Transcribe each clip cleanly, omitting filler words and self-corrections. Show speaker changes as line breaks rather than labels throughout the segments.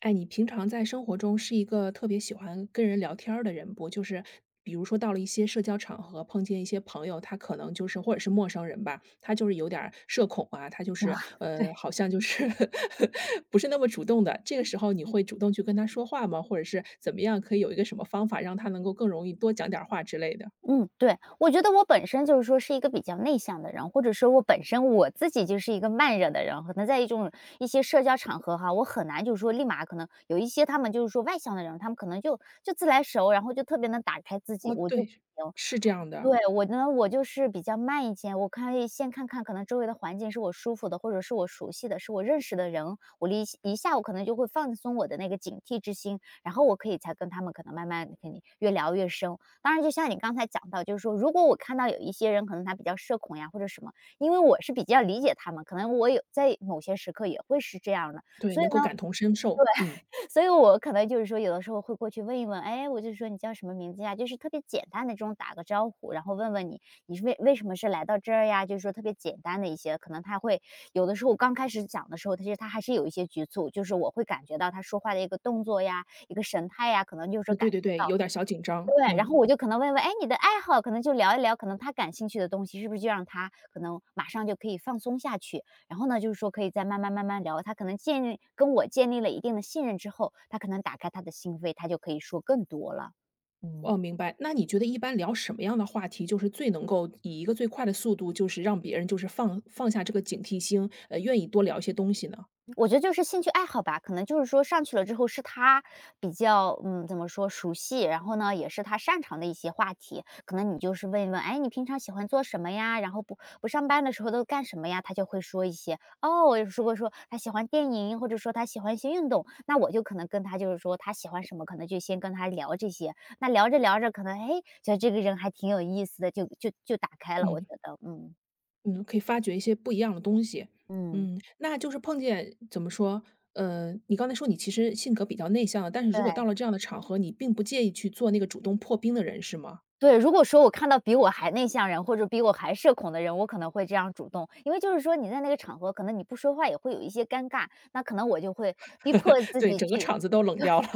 哎，你平常在生活中是一个特别喜欢跟人聊天儿的人不？比如说到了一些社交场合，碰见一些朋友，他可能就是或者是陌生人吧，他就是有点儿社恐啊，他就
啊，
是
对，
好像就是 不是那么主动的。这个时候你会主动去跟他说话吗？或者是怎么样可以有一个什么方法让他能够更容易多讲点儿话之类的？
嗯，对。我觉得我本身就是说是一个比较内向的人，或者说我本身我自己就是一个慢热的人，可能在一种一些社交场合哈，我很难就是说立马可能有一些他们就是说外向的人，他们可能就自来熟，然后就特别能打开自己，
哦，
我就不
对，
行。
是这样的，
对，我呢，我就是比较慢一些，我可以先看看可能周围的环境是我舒服的，或者是我熟悉的，是我认识的人，我一下我可能就会放松我的那个警惕之心，然后我可以才跟他们可能慢慢跟你越聊越深。当然，就像你刚才讲到，就是说，如果我看到有一些人可能他比较社恐呀或者什么，因为我是比较理解他们，可能我有在某些时刻也会是这样的，
对，
所以
能够
呢，
感同身受，嗯，
所以我可能就是说，有的时候会过去问一问，哎，我就说你叫什么名字呀？就是特别简单的这种打个招呼，然后问问你，你是为什么是来到这儿呀？就是说特别简单的一些，可能他会有的时候刚开始讲的时候，其实他还是有一些局促，就是我会感觉到他说话的一个动作呀，一个神态呀，可能就是感
对
觉
对对，有
到。
点儿小紧张，
对，然
嗯。
后我就可能问问，哎，你的爱好，可能就聊一聊，可能他感兴趣的东西，是不是就让他可能马上就可以放松下去？然后呢，就是说可以再慢慢慢慢聊，他可能跟我建立了一定的信任之后，他可能打开他的心扉，他就可以说更多了。
哦，
嗯。
明白。那你觉得一般聊什么样的话题，就是最能够以一个最快的速度，就是让别人就是放下这个警惕心，愿意多聊一些东西呢？
我觉得就是兴趣爱好吧，可能就是说上去了之后是他比较，嗯，怎么说熟悉，然后呢也是他擅长的一些话题，可能你就是问一问，哎，你平常喜欢做什么呀？然后不上班的时候都干什么呀？他就会说一些，哦，如果说他喜欢电影，或者说他喜欢一些运动，那我就可能跟他就是说他喜欢什么，可能就先跟他聊这些。那聊着聊着，可能哎，觉得这个人还挺有意思的，就打开了。我
嗯
觉得，嗯
嗯，可以发掘一些不一样的东西。
嗯，
嗯，那就是碰见怎么说？你刚才说你其实性格比较内向，但是如果
对。
到了这样的场合，你并不介意去做那个主动破冰的人，是吗？
对，如果说我看到比我还内向人，或者比我还社恐的人，我可能会这样主动。因为就是说你在那个场合，可能你不说话也会有一些尴尬，那可能我就会逼迫 自
对，
己
整个
去。
场子都冷掉了。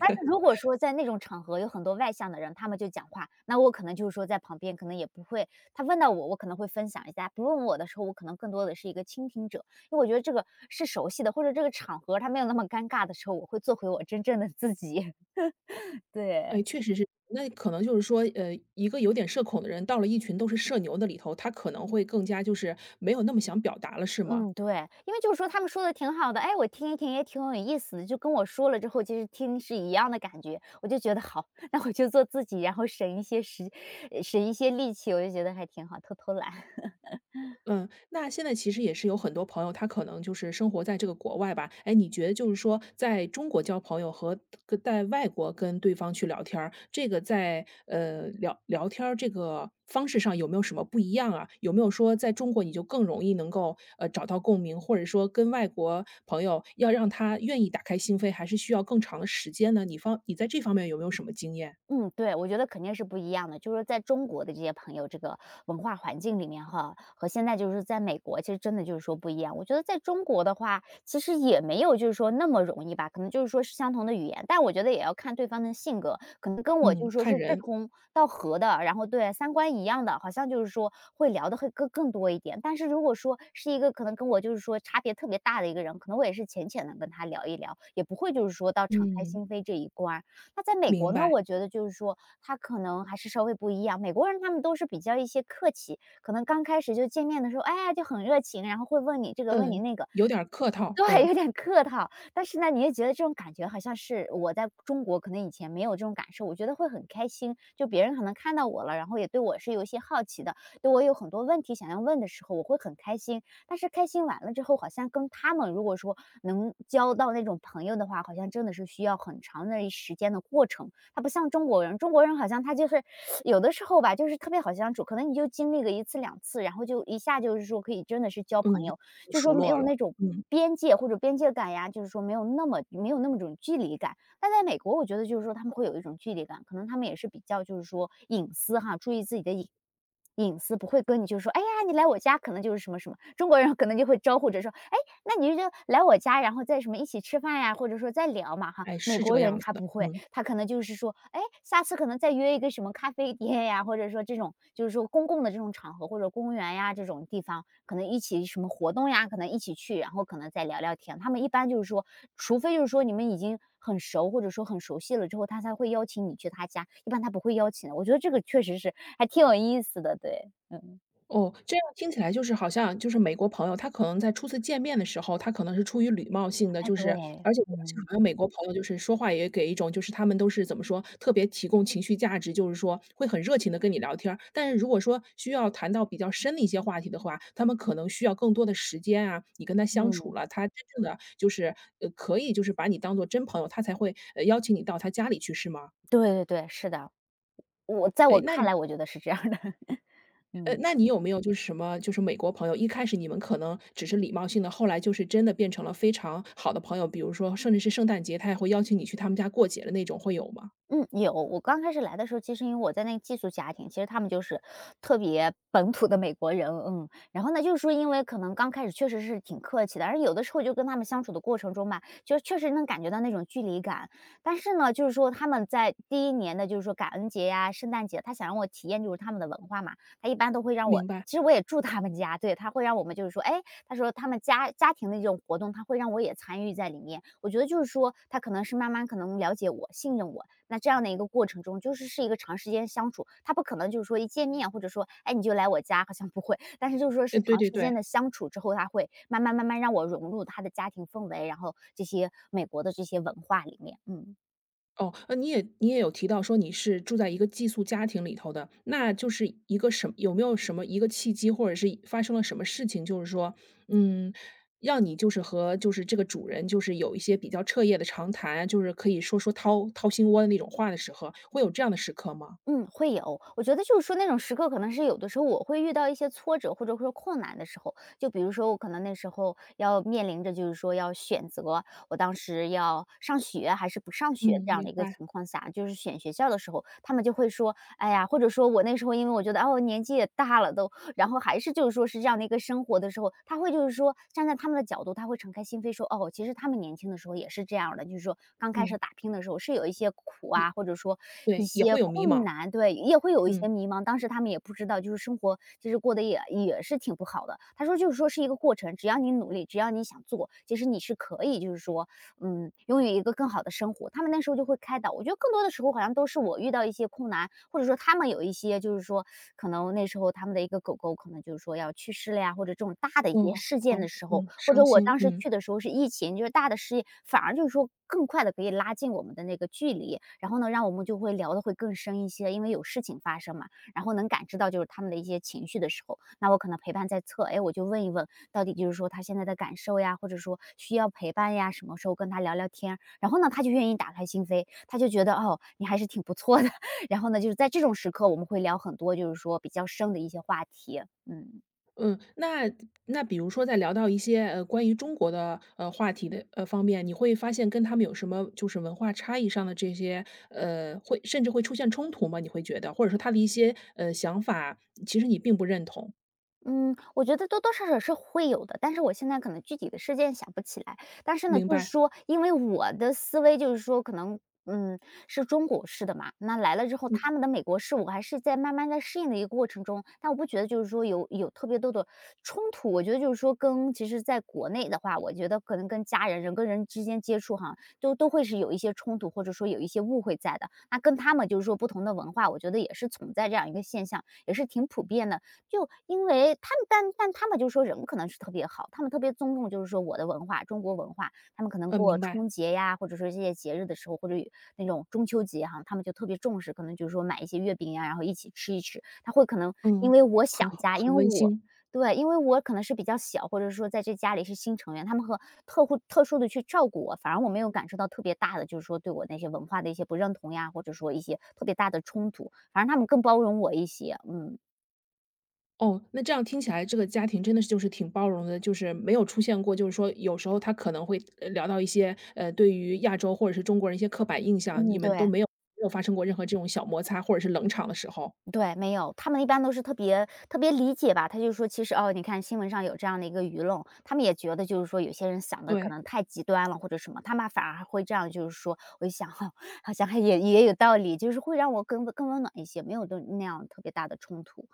但是如果说在那种场合有很多外向的人，他们就讲话，那我可能就是说在旁边可能也不会，他问到我，我可能会分享一下；不问我的时候，我可能更多的是一个倾听者，因为我觉得这个是熟悉的，或者这个场合他没有那么尴尬的时候，我会做回我真正的自己。对。
哎，确实是。那可能就是说，一个有点社恐的人，到了一群都是社牛的里头，他可能会更加就是没有那么想表达了，是吗？
嗯，对，因为就是说他们说的挺好的，哎，我听一听也挺有意思的，就跟我说了之后，其实听是一样的感觉，我就觉得好，那我就做自己，然后呃省一些力气，我就觉得还挺好，偷偷懒。
嗯，那现在其实也是有很多朋友，他可能就是生活在这个国外吧。哎，你觉得就是说，在中国交朋友和跟在外国跟对方去聊天儿，这个在聊天儿这个方式上有没有什么不一样啊？有没有说在中国你就更容易能够找到共鸣，或者说跟外国朋友要让他愿意打开心扉，还是需要更长的时间呢？你在这方面有没有什么经验？
嗯，对，我觉得肯定是不一样的。就是说在中国的这些朋友这个文化环境里面哈，和现在就是在美国，其实真的就是说不一样。我觉得在中国的话，其实也没有就是说那么容易吧，可能就是说是相同的语言，但我觉得也要看对方的性格，可能跟我就
嗯，
是说
看
是志
人，
同道合的，然后对三观一样的，好像就是说会聊的会更多一点。但是如果说是一个可能跟我就是说差别特别大的一个人，可能我也是浅浅的跟他聊一聊，也不会就是说到敞开
嗯，
心扉这一关。那在美
明
国呢，
白，
我觉得就是说，他可能还是稍微不一样。美国人他们都是比较一些客气，可能刚开始就见面的时候，哎呀就很热情，然后会问你这个问你
嗯，
那个。
有点儿客套，
对，
嗯。
有点客套，但是呢，你也觉得这种感觉好像是我在中国可能以前没有这种感受，我觉得会很开心。就别人可能看到我了，然后也对我是有一些好奇的，对我有很多问题想要问的时候，我会很开心。但是开心完了之后，好像跟他们如果说能交到那种朋友的话，好像真的是需要很长的一时间的过程。他不像中国人，中国人好像他就是 有的时候吧，就是特别好相处，可能你就经历个一次两次，然后就一下就是说可以真的是交朋
嗯，已经
友。就是
熟
说没
络
有
了，
那种
嗯，
边界或者边界感呀，就是说没有那么种距离感。但在美国，我觉得就是说他们会有一种距离感，可能他们也是比较就是说隐私哈，注意自己的隐私，不会跟你就说，哎呀，你来我家可能就是什么什么，中国人可能就会招呼着说，哎那你就来我家，然后再什么一起吃饭呀，或者说再聊嘛哈。
哎，
美
是这
国
个
人
样子
他
的，
不会，
嗯。
他可能就是说，哎，下次可能再约一个什么咖啡店呀，或者说这种就是说公共的这种场合或者公园呀这种地方，可能一起什么活动呀，可能一起去，然后可能再聊聊天。他们一般就是说，除非就是说你们已经很熟或者说很熟悉了之后，他才会邀请你去他家，一般他不会邀请的。我觉得这个确实是还挺有意思的，对，嗯，
哦，这样听起来就是好像就是美国朋友，他可能在初次见面的时候，他可能是出于礼貌性的，
哎，
就是
对，
而且
嗯
好像美国朋友就是说话也给一种就是他们都是怎么说，特别提供情绪价值，就是说会很热情的跟你聊天儿。但是如果说需要谈到比较深的一些话题的话，他们可能需要更多的时间啊，你跟他相处
嗯，
了，他真正的就是，可以就是把你当做真朋友，他才会，邀请你到他家里去，是吗？
对对对，是的。
哎，
我
那
看
你。
来我觉得是这样的，嗯。
那你有没有就是什么就是美国朋友，一开始你们可能只是礼貌性的，后来就是真的变成了非常好的朋友，比如说甚至是圣诞节，他也会邀请你去他们家过节的那种，会有吗？
嗯，有。我刚开始来的时候，其实因为我在那个寄宿家庭，其实他们就是特别本土的美国人，嗯。然后呢，就是说因为可能刚开始确实是挺客气的，而有的时候就跟他们相处的过程中吧，就确实能感觉到那种距离感。但是呢，就是说他们在第一年的，就是说感恩节呀、圣诞节，他想让我体验就是他们的文化嘛，他一般都会让我，
明白，
其实我也住他们家，对，他会让我们就是说，哎，他说他们家庭的这种活动，他会让我也参与在里面。我觉得就是说，他可能是慢慢可能了解我、信任我，那这样的一个过程中，就是一个长时间相处，他不可能就是说一见面或者说，哎，你就来我家，好像不会，但是就是说是
对
长
对
时
对。
间的相处之后，他会慢慢慢慢让我融入他的家庭氛围，然后这些美国的这些文化里面，嗯。
哦，你也有提到说你是住在一个寄宿家庭里头的，那就是一个有没有什么一个契机，或者是发生了什么事情，就是说，嗯，让你就是和就是这个主人就是有一些比较彻夜的长谈，就是可以说说掏掏心窝的那种话的时候，会有这样的时刻吗？
嗯，会有。我觉得就是说那种时刻，可能是有的时候我会遇到一些挫折或者说困难的时候，就比如说我可能那时候要面临着就是说要选择，我当时要上学还是不上学
嗯，
这样
明
的一个
白，
情况下，就是选学校的时候，他们就会说，哎呀，或者说我那时候因为我觉得哦年纪也大了，都然后还是就是说是这样的一个生活的时候，他会就是说站在他们的角度，他会敞开心扉说，哦，其实他们年轻的时候也是这样的，就是说刚开
嗯，
始打拼的时候是有一些苦啊，或者说一
对，也
些
会有迷
困
茫，
难，对，也会有一
嗯，
些迷茫。当时他们也不知道，就是生活其实过得也是挺不好的。他说就是说是一个过程，只要你努力，只要你想做，其实你是可以就是说嗯，拥有一个更好的生活。他们那时候就会开导，我觉得更多的时候好像都是我遇到一些困难，或者说他们有一些就是说，可能那时候他们的一个狗狗可能就是说要去世了呀，或者这种大的一些
哦，
事件
好，
的时候，
嗯，
或
伤
者我
心，
当时
嗯
去的时候是疫情，就是大的事业，反而就是说更快的可以拉近我们的那个距离，然后呢，让我们就会聊的会更深一些，因为有事情发生嘛。然后能感知到就是他们的一些情绪的时候，那我可能陪伴在侧，哎，我就问一问，到底就是说他现在的感受呀，或者说需要陪伴呀，什么时候跟他聊聊天然后呢，他就愿意打开心扉，他就觉得哦，你还是挺不错的。然后呢，就是在这种时刻，我们会聊很多，就是说比较深的一些话题，嗯。
嗯，那那比如说在聊到一些关于中国的话题的方面，你会发现跟他们有什么就是文化差异上的这些会甚至会出现冲突吗？你会觉得，或者说他的一些想法，其实你并不认同，
嗯，我觉得多多少少是会有的，但是我现在可能具体的事件想不起来。但是呢，
明
就是
白，
说，因为我的思维就是说，可能嗯是中国式的嘛，那来了之后，
嗯
他们的美国式，我还是在慢慢在适应的一个过程中。但我不觉得就是说有特别多的冲突，我觉得就是说跟其实在国内的话，我觉得可能跟家人人跟人之间接触哈，都会是有一些冲突，或者说有一些误会在的。那跟他们就是说不同的文化，我觉得也是存在这样一个现象，也是挺普遍的。就因为他们但他们就说人可能是特别好，他们特别尊重就是说我的文化，中国文化。他们可能过
明白，
春节呀，或者说这些节日的时候，或者有那种中秋节哈，他们就特别重视，可能就是说买一些月饼呀，然后一起吃一吃。他会可能因
嗯，
为我想
很好，
家，
很
因为
温
我
馨。
对，因为我可能是比较小，或者说在这家里是新成员，他们和特殊的去照顾我，反而我没有感受到特别大的，就是说对我那些文化的一些不认同呀，或者说一些特别大的冲突，反而他们更包容我一些。嗯，
哦，那这样听起来，这个家庭真的是就是挺包容的，就是没有出现过，就是说有时候他可能会聊到一些对于亚洲或者是中国人一些刻板印象，你
嗯，
们都
对。
没有没有发生过任何这种小摩擦或者是冷场的时候。
对，没有，他们一般都是特别特别理解吧。他就说，其实哦，你看新闻上有这样的一个舆论，他们也觉得就是说有些人想的可
对，
能太极端了或者什么，他们反而还会这样，就是说，我就想，好像也有道理，就是会让我更温暖一些，没有都那样特别大的冲突。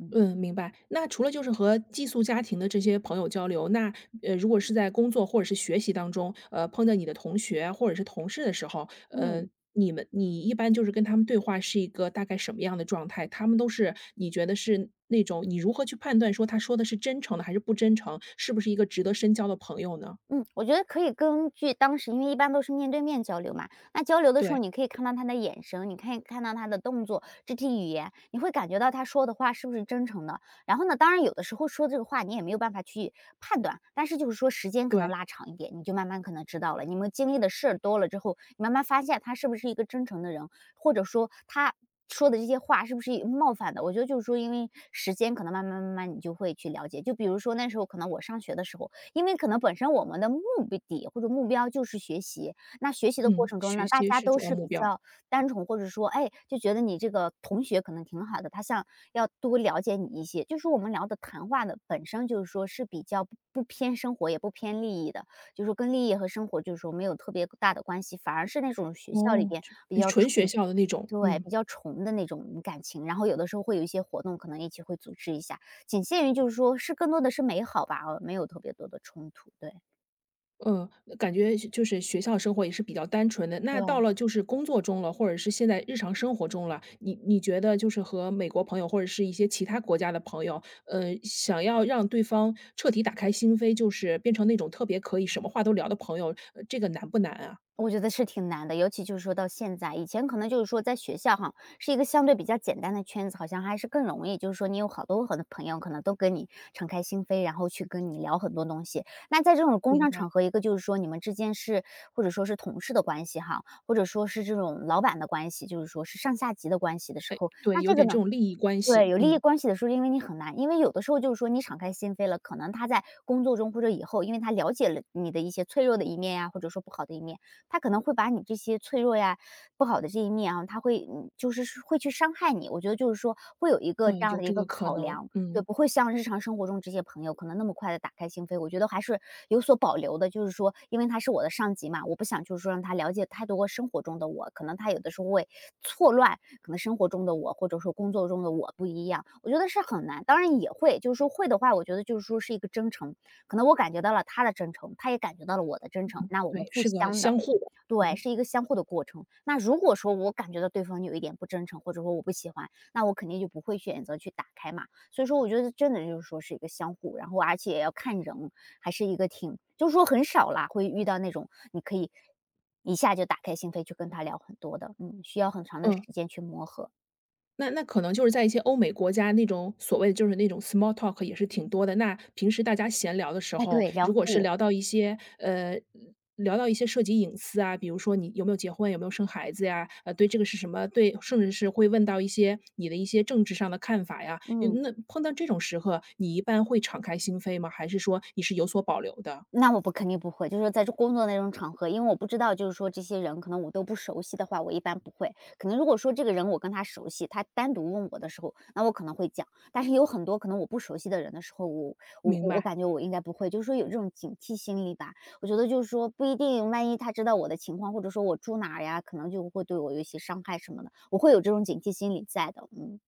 嗯
嗯，明白。那除了就是和寄宿家庭的这些朋友交流，那如果是在工作或者是学习当中，碰到你的同学或者是同事的时候，
嗯。
你们你一般就是跟他们对话是一个大概什么样的状态？他们都是你觉得是那种你如何去判断说他说的是真诚的还是不真诚，是不是一个值得深交的朋友呢？
嗯，我觉得可以根据当时因为一般都是面对面交流嘛，那交流的时候
对
你可以看到他的眼神，你可以看到他的动作、肢体语言，你会感觉到他说的话是不是真诚的。然后呢，当然有的时候说这个话你也没有办法去判断，但是就是说时间可能
对，
拉长一点，你就慢慢可能知道了。你们经历的事儿多了之后，你慢慢发现他是不是一个真诚的人，或者说他。说的这些话是不是冒犯的？我觉得就是说，因为时间可能慢慢慢慢你就会去了解。就比如说那时候可能我上学的时候，因为可能本身我们的目的或者目标就是学习，那学习的过
嗯，
程中
学
呢，大
习
家
是
都
主要
是
目
比
标。
较单纯，或者说，哎，就觉得你这个同学可能挺好的，他想要多了解你一些。就是我们聊的谈话的本身就是说是比较不偏生活，也不偏利益的，就是说跟利益和生活就是说没有特别大的关系，反而是那种学校里
哦，
边
就
比
呃
较
纯学
纯
校的那种，
对，
嗯。
比较纯的那种感情，然后有的时候会有一些活动，可能一起会组织一下。仅限于就是说是更多的是美好吧，没有特别多的冲突，对。
嗯，感觉就是学校生活也是比较单纯的。那到
对。
了就是工作中了，或者是现在日常生活中了，你觉得就是和美国朋友或者是一些其他国家的朋友，想要让对方彻底打开心扉，就是变成那种特别可以什么话都聊的朋友，这个难不难啊？
我觉得是挺难的，尤其就是说到现在，以前可能就是说在学校哈，是一个相对比较简单的圈子，好像还是更容易，就是说你有好多很多朋友可能都跟你敞开心扉，然后去跟你聊很多东西。那在这种工
明
商
白，
场合，一个就是说你们之间是或者说是同事的关系哈，或者说是这种老板的关系，就是说是上下级的关系的时
哎，
候，
对，
那
有
这个
点这
呢
种利益关
对，
系，
有利益
嗯，
关系的时候，因为你很难，因为有的时候就是说你敞开心扉了，可能他在工作中或者以后，因为他了解了你的一些脆弱的一面呀，或者说不好的一面，他可能会把你这些脆弱呀、不好的这一面啊，他会就是是会去伤害你。我觉得就是说会有一个这
嗯，
样
有
的一
这
个
个可
考
能，
量，对，
嗯，
不会像日常生活中这些朋友可能那么快的打开心扉。我觉得还是有所保留的，就是说，因为他是我的上级嘛，我不想就是说让他了解太多生活中的我，可能他有的时候会错乱可能生活中的我，或者说工作中的我不一样，我觉得是很难。当然也会，就是说会的话，我觉得就是说是一个真诚，可能我感觉到了他的真诚，他也感觉到了我的真诚，那我们
对，
互
是个
相的，
相互的，
对，
嗯
是一个相互的过程。那如果说我感觉到对方有一点不真诚，或者说我不喜欢，那我肯定就不会选择去打开嘛。所以说，我觉得真的就是说是一个相互，然后而且也要看人，还是一个挺就是说很少啦，会遇到那种你可以一下就打开心扉去跟他聊很多的，嗯，需要很长的
嗯。
时间去磨合。
那那可能就是在一些欧美国家，那种所谓就是那种 small talk 也是挺多的。那平时大家闲聊的时
哎，
候，
对，聊
如
可
果是
以，
聊到一些聊到一些涉及隐私啊，比如说你有没有结婚，有没有生孩子呀，对这个是什么，对，甚至是会问到一些你的一些政治上的看法呀。
嗯。
嗯那碰到这种时刻，你一般会敞开心扉吗？还是说你是有所保留的？
那我不肯定不会，就是说在这工作那种场合，因为我不知道，就是说这些人可能我都不熟悉的话，我一般不会。可能如果说这个人我跟他熟悉，他单独问我的时候，那我可能会讲。但是有很多可能我不熟悉的人的时候，我我
明
我我
白。
感觉我应该不会，就是说有这种警惕心理吧。我觉得就是说不一定，万一他知道我的情况，或者说我住哪儿呀，可能就会对我有一些伤害什么的，我会有这种警惕心理在的。嗯。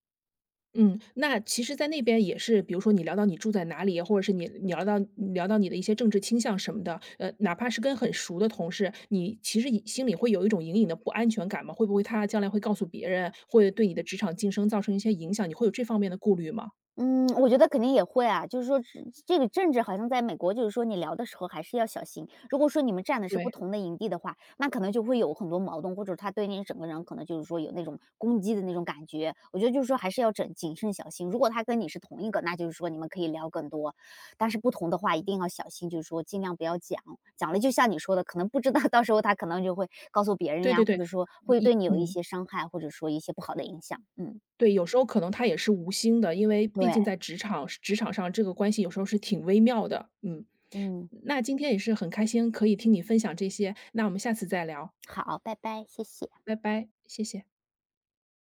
嗯，那其实在那边也是，比如说你聊到你住在哪里，或者是你聊到你的一些政治倾向什么的，哪怕是跟很熟的同事，你其实也心里会有一种隐隐的不安全感吗？会不会他将来会告诉别人，会对你的职场晋升造成一些影响？你会有这方面的顾虑吗？
嗯，我觉得肯定也会啊，就是说这个政治好像在美国，就是说你聊的时候还是要小心。如果说你们站的是不
对，
同的营地的话，那可能就会有很多矛盾，或者他对你整个人可能就是说有那种攻击的那种感觉。我觉得就是说还是要整谨慎小心。如果他跟你是同一个，那就是说你们可以聊更多，但是不同的话一定要小心，就是说尽量不要讲，讲了就像你说的，可能不知道，到时候他可能就会告诉别人
对
呀，
对
或
对，
者说会对
一
你有一
嗯，
些伤害，或者说一些不好的影响。嗯，
对，有时候可能他也是无心的，因为毕
对，
竟在职场上这个关系有时候是挺微妙的，嗯。
嗯。
那今天也是很开心可以听你分享这些，那我们下次再聊。
好，拜拜，谢谢。
拜拜，谢谢。